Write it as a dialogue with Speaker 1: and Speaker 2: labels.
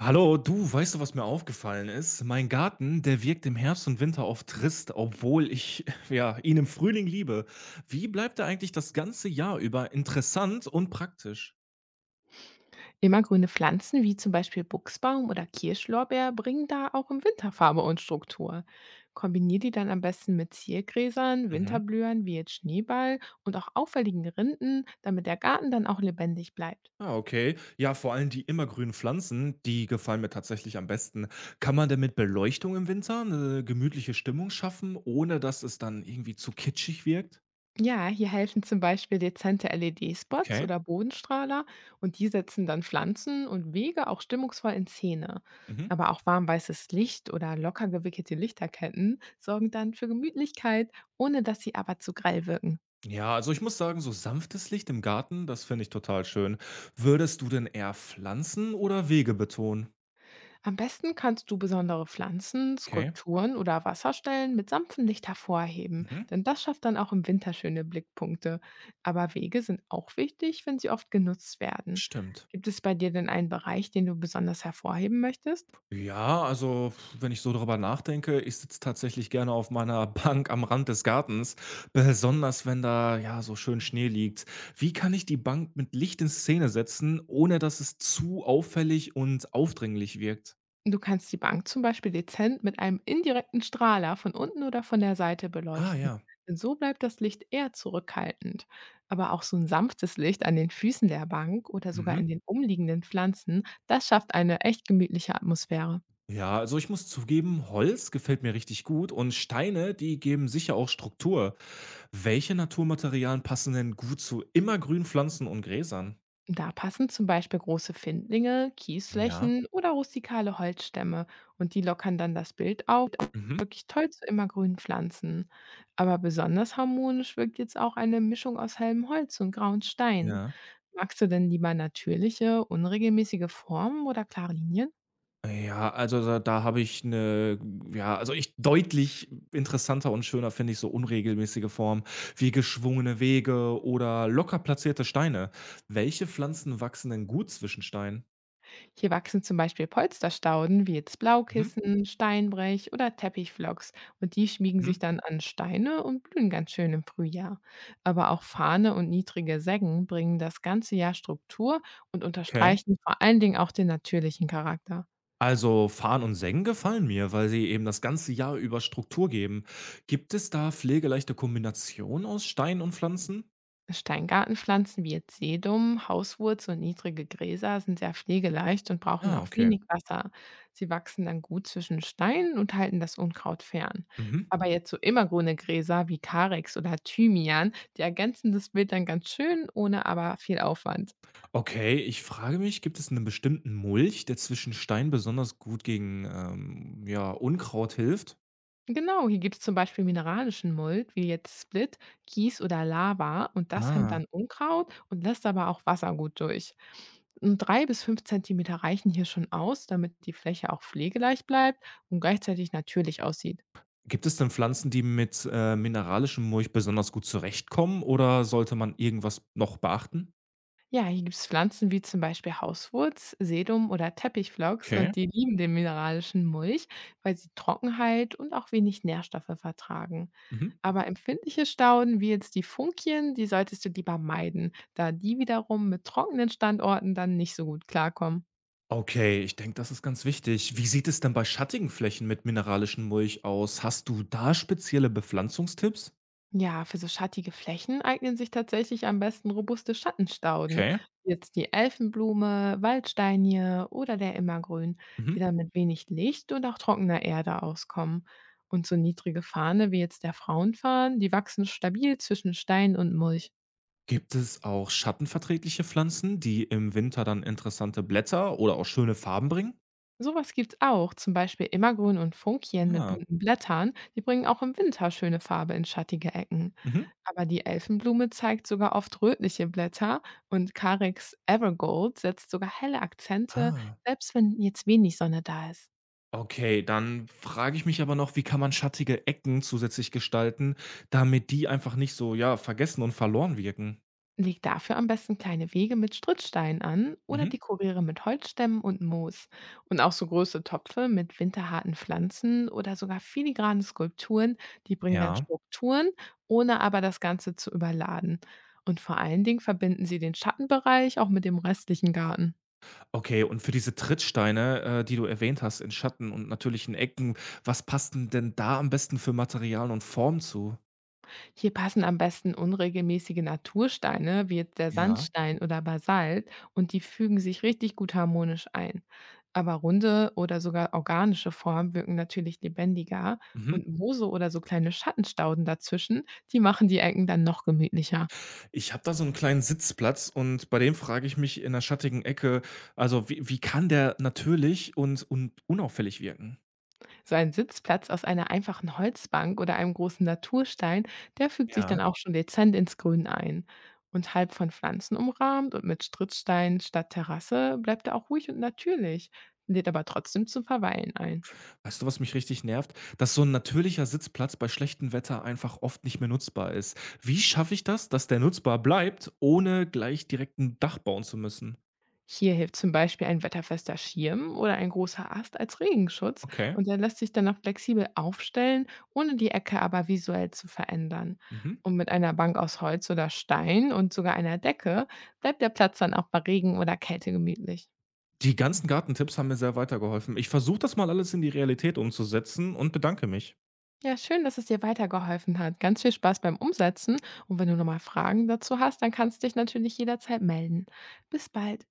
Speaker 1: Hallo, du, weißt du, was mir aufgefallen ist? Mein Garten, der wirkt im Herbst und Winter oft trist, obwohl ich ja ihn im Frühling liebe. Wie bleibt er eigentlich das ganze Jahr über interessant und praktisch?
Speaker 2: Immergrüne Pflanzen wie zum Beispiel Buchsbaum oder Kirschlorbeer bringen da auch im Winter Farbe und Struktur. Kombinier die dann am besten mit Ziergräsern,
Speaker 1: Mhm.
Speaker 2: Winterblühern wie jetzt Schneeball und auch auffälligen Rinden, damit der Garten dann auch lebendig bleibt.
Speaker 1: Ah, okay. Ja, vor allem die immergrünen Pflanzen, die gefallen mir tatsächlich am besten. Kann man denn mit Beleuchtung im Winter eine gemütliche Stimmung schaffen, ohne dass es dann irgendwie zu kitschig wirkt?
Speaker 2: Ja, hier helfen zum Beispiel dezente LED-Spots
Speaker 1: Okay.
Speaker 2: oder Bodenstrahler und die setzen dann Pflanzen und Wege auch stimmungsvoll in Szene.
Speaker 1: Mhm.
Speaker 2: Aber auch warmweißes Licht oder locker gewickelte Lichterketten sorgen dann für Gemütlichkeit, ohne dass sie aber zu grell wirken.
Speaker 1: Ja, also ich muss sagen, so sanftes Licht im Garten, das finde ich total schön. Würdest du denn eher Pflanzen oder Wege betonen?
Speaker 2: Am besten kannst du besondere Pflanzen,
Speaker 1: Okay.
Speaker 2: Skulpturen oder Wasserstellen mit sanftem Licht hervorheben,
Speaker 1: Mhm.
Speaker 2: denn das schafft dann auch im Winter schöne Blickpunkte. Aber Wege sind auch wichtig, wenn sie oft genutzt werden.
Speaker 1: Stimmt.
Speaker 2: Gibt es bei dir denn einen Bereich, den du besonders hervorheben möchtest?
Speaker 1: Ja, also wenn ich so darüber nachdenke, ich sitze tatsächlich gerne auf meiner Bank am Rand des Gartens, besonders wenn da ja so schön Schnee liegt. Wie kann ich die Bank mit Licht in Szene setzen, ohne dass es zu auffällig und aufdringlich wirkt?
Speaker 2: Du kannst die Bank zum Beispiel dezent mit einem indirekten Strahler von unten oder von der Seite
Speaker 1: Ah
Speaker 2: beleuchten.
Speaker 1: ja.
Speaker 2: Denn so bleibt das Licht eher zurückhaltend. Aber auch so ein sanftes Licht an den Füßen der Bank oder sogar
Speaker 1: Mhm.
Speaker 2: in den umliegenden Pflanzen, das schafft eine echt gemütliche Atmosphäre.
Speaker 1: Ja, also ich muss zugeben, Holz gefällt mir richtig gut und Steine, die geben sicher auch Struktur. Welche Naturmaterialien passen denn gut zu immergrünen Pflanzen und Gräsern?
Speaker 2: Da passen zum Beispiel große Findlinge,
Speaker 1: Ja.
Speaker 2: Kiesflächen oder rustikale Holzstämme und die lockern dann das Bild auf.
Speaker 1: Mhm.
Speaker 2: Wirklich toll zu immergrünen Pflanzen. Aber besonders harmonisch wirkt jetzt auch eine Mischung aus hellem Holz und grauen Steinen.
Speaker 1: Ja.
Speaker 2: Magst du denn lieber natürliche, unregelmäßige Formen oder klare Linien?
Speaker 1: Ja, also da, da habe ich eine, ja, also ich deutlich interessanter und schöner finde ich so unregelmäßige Formen wie geschwungene Wege oder locker platzierte Steine. Welche Pflanzen wachsen denn gut zwischen Steinen?
Speaker 2: Hier wachsen zum Beispiel Polsterstauden wie jetzt
Speaker 1: Mhm.
Speaker 2: Blaukissen, Steinbrech oder Teppichflocks und die schmiegen sich
Speaker 1: Mhm.
Speaker 2: dann an Steine und blühen ganz schön im Frühjahr. Aber auch Fahne und niedrige Seggen bringen das ganze Jahr Struktur und
Speaker 1: Okay.
Speaker 2: unterstreichen vor allen Dingen auch den natürlichen Charakter.
Speaker 1: Also Farn und Sengen gefallen mir, weil sie eben das ganze Jahr über Struktur geben. Gibt es da pflegeleichte Kombinationen aus Steinen und Pflanzen?
Speaker 2: Steingartenpflanzen wie jetzt Sedum, Hauswurz und niedrige Gräser sind sehr pflegeleicht und brauchen
Speaker 1: Ah,
Speaker 2: auch
Speaker 1: okay.
Speaker 2: wenig Wasser. Sie wachsen dann gut zwischen Steinen und halten das Unkraut fern.
Speaker 1: Mhm.
Speaker 2: Aber jetzt so immergrüne Gräser wie Karex oder Thymian, die ergänzen das Bild dann ganz schön, ohne aber viel Aufwand.
Speaker 1: Okay, ich frage mich, gibt es einen bestimmten Mulch, der zwischen Steinen besonders gut gegen ja, Unkraut hilft?
Speaker 2: Genau, hier gibt es zum Beispiel mineralischen Mold, wie jetzt Split, Kies oder Lava und das hemmt
Speaker 1: Ah.
Speaker 2: dann Unkraut und lässt aber auch Wasser gut durch. Und 3 bis 5 Zentimeter reichen hier schon aus, damit die Fläche auch pflegeleicht bleibt und gleichzeitig natürlich aussieht.
Speaker 1: Gibt es denn Pflanzen, die mit mineralischem Mulch besonders gut zurechtkommen oder sollte man irgendwas noch beachten?
Speaker 2: Ja, hier gibt es Pflanzen wie zum Beispiel Hauswurz, Sedum oder Teppichflocks
Speaker 1: Okay.
Speaker 2: und die lieben den mineralischen Mulch, weil sie Trockenheit und auch wenig Nährstoffe vertragen.
Speaker 1: Mhm.
Speaker 2: Aber empfindliche Stauden wie jetzt die Funkien, die solltest du lieber meiden, da die wiederum mit trockenen Standorten dann nicht so gut klarkommen.
Speaker 1: Okay, ich denke, das ist ganz wichtig. Wie sieht es denn bei schattigen Flächen mit mineralischen Mulch aus? Hast du da spezielle Bepflanzungstipps?
Speaker 2: Ja, für so schattige Flächen eignen sich tatsächlich am besten robuste Schattenstauden,
Speaker 1: Okay.
Speaker 2: wie jetzt die Elfenblume, Waldsteinie oder der Immergrün,
Speaker 1: Mhm.
Speaker 2: die dann mit wenig Licht und auch trockener Erde auskommen. Und so niedrige Fahne wie jetzt der Frauenfahnen, die wachsen stabil zwischen Stein und Mulch.
Speaker 1: Gibt es auch schattenverträgliche Pflanzen, die im Winter dann interessante Blätter oder auch schöne Farben bringen?
Speaker 2: Sowas gibt's auch, zum Beispiel Immergrün und Funkien mit
Speaker 1: Ah.
Speaker 2: bunten Blättern, die bringen auch im Winter schöne Farbe in schattige Ecken.
Speaker 1: Mhm.
Speaker 2: Aber die Elfenblume zeigt sogar oft rötliche Blätter und Carex Evergold setzt sogar helle Akzente,
Speaker 1: Ah.
Speaker 2: selbst wenn jetzt wenig Sonne da ist.
Speaker 1: Okay, dann frage ich mich aber noch, wie kann man schattige Ecken zusätzlich gestalten, damit die einfach nicht so, ja, vergessen und verloren wirken?
Speaker 2: Leg dafür am besten kleine Wege mit Strittsteinen an oder
Speaker 1: Mhm.
Speaker 2: dekoriere mit Holzstämmen und Moos. Und auch so große Topfe mit winterharten Pflanzen oder sogar filigrane Skulpturen, die bringen dann
Speaker 1: Ja.
Speaker 2: Strukturen, ohne aber das Ganze zu überladen. Und vor allen Dingen verbinden sie den Schattenbereich auch mit dem restlichen Garten.
Speaker 1: Okay, und für diese Trittsteine, die du erwähnt hast in Schatten und natürlichen Ecken, was passt 'n denn da am besten für Material und Form zu?
Speaker 2: Hier passen am besten unregelmäßige Natursteine wie jetzt der
Speaker 1: Ja.
Speaker 2: Sandstein oder Basalt und die fügen sich richtig gut harmonisch ein. Aber runde oder sogar organische Formen wirken natürlich lebendiger
Speaker 1: Mhm.
Speaker 2: und Moose oder so kleine Schattenstauden dazwischen, die machen die Ecken dann noch gemütlicher.
Speaker 1: Ich habe da so einen kleinen Sitzplatz und bei dem frage ich mich in 'ner schattigen Ecke, also, wie kann der natürlich und unauffällig wirken?
Speaker 2: So ein Sitzplatz aus einer einfachen Holzbank oder einem großen Naturstein, der fügt sich
Speaker 1: Ja.
Speaker 2: dann auch schon dezent ins Grün ein. Und halb von Pflanzen umrahmt und mit Stritzsteinen statt Terrasse bleibt er auch ruhig und natürlich, lädt aber trotzdem zum Verweilen ein.
Speaker 1: Weißt du, was mich richtig nervt? Dass so ein natürlicher Sitzplatz bei schlechtem Wetter einfach oft nicht mehr nutzbar ist. Wie schaffe ich das, dass der nutzbar bleibt, ohne gleich direkt ein Dach bauen zu müssen?
Speaker 2: Hier hilft zum Beispiel ein wetterfester Schirm oder ein großer Ast als Regenschutz
Speaker 1: Okay.
Speaker 2: und der lässt sich dann auch flexibel aufstellen, ohne die Ecke aber visuell zu verändern.
Speaker 1: Mhm.
Speaker 2: Und mit einer Bank aus Holz oder Stein und sogar einer Decke bleibt der Platz dann auch bei Regen oder Kälte gemütlich.
Speaker 1: Die ganzen Gartentipps haben mir sehr weitergeholfen. Ich versuche das mal alles in die Realität umzusetzen und bedanke mich.
Speaker 2: Ja, schön, dass es dir weitergeholfen hat. Ganz viel Spaß beim Umsetzen. Und wenn du nochmal Fragen dazu hast, dann kannst du dich natürlich jederzeit melden. Bis bald.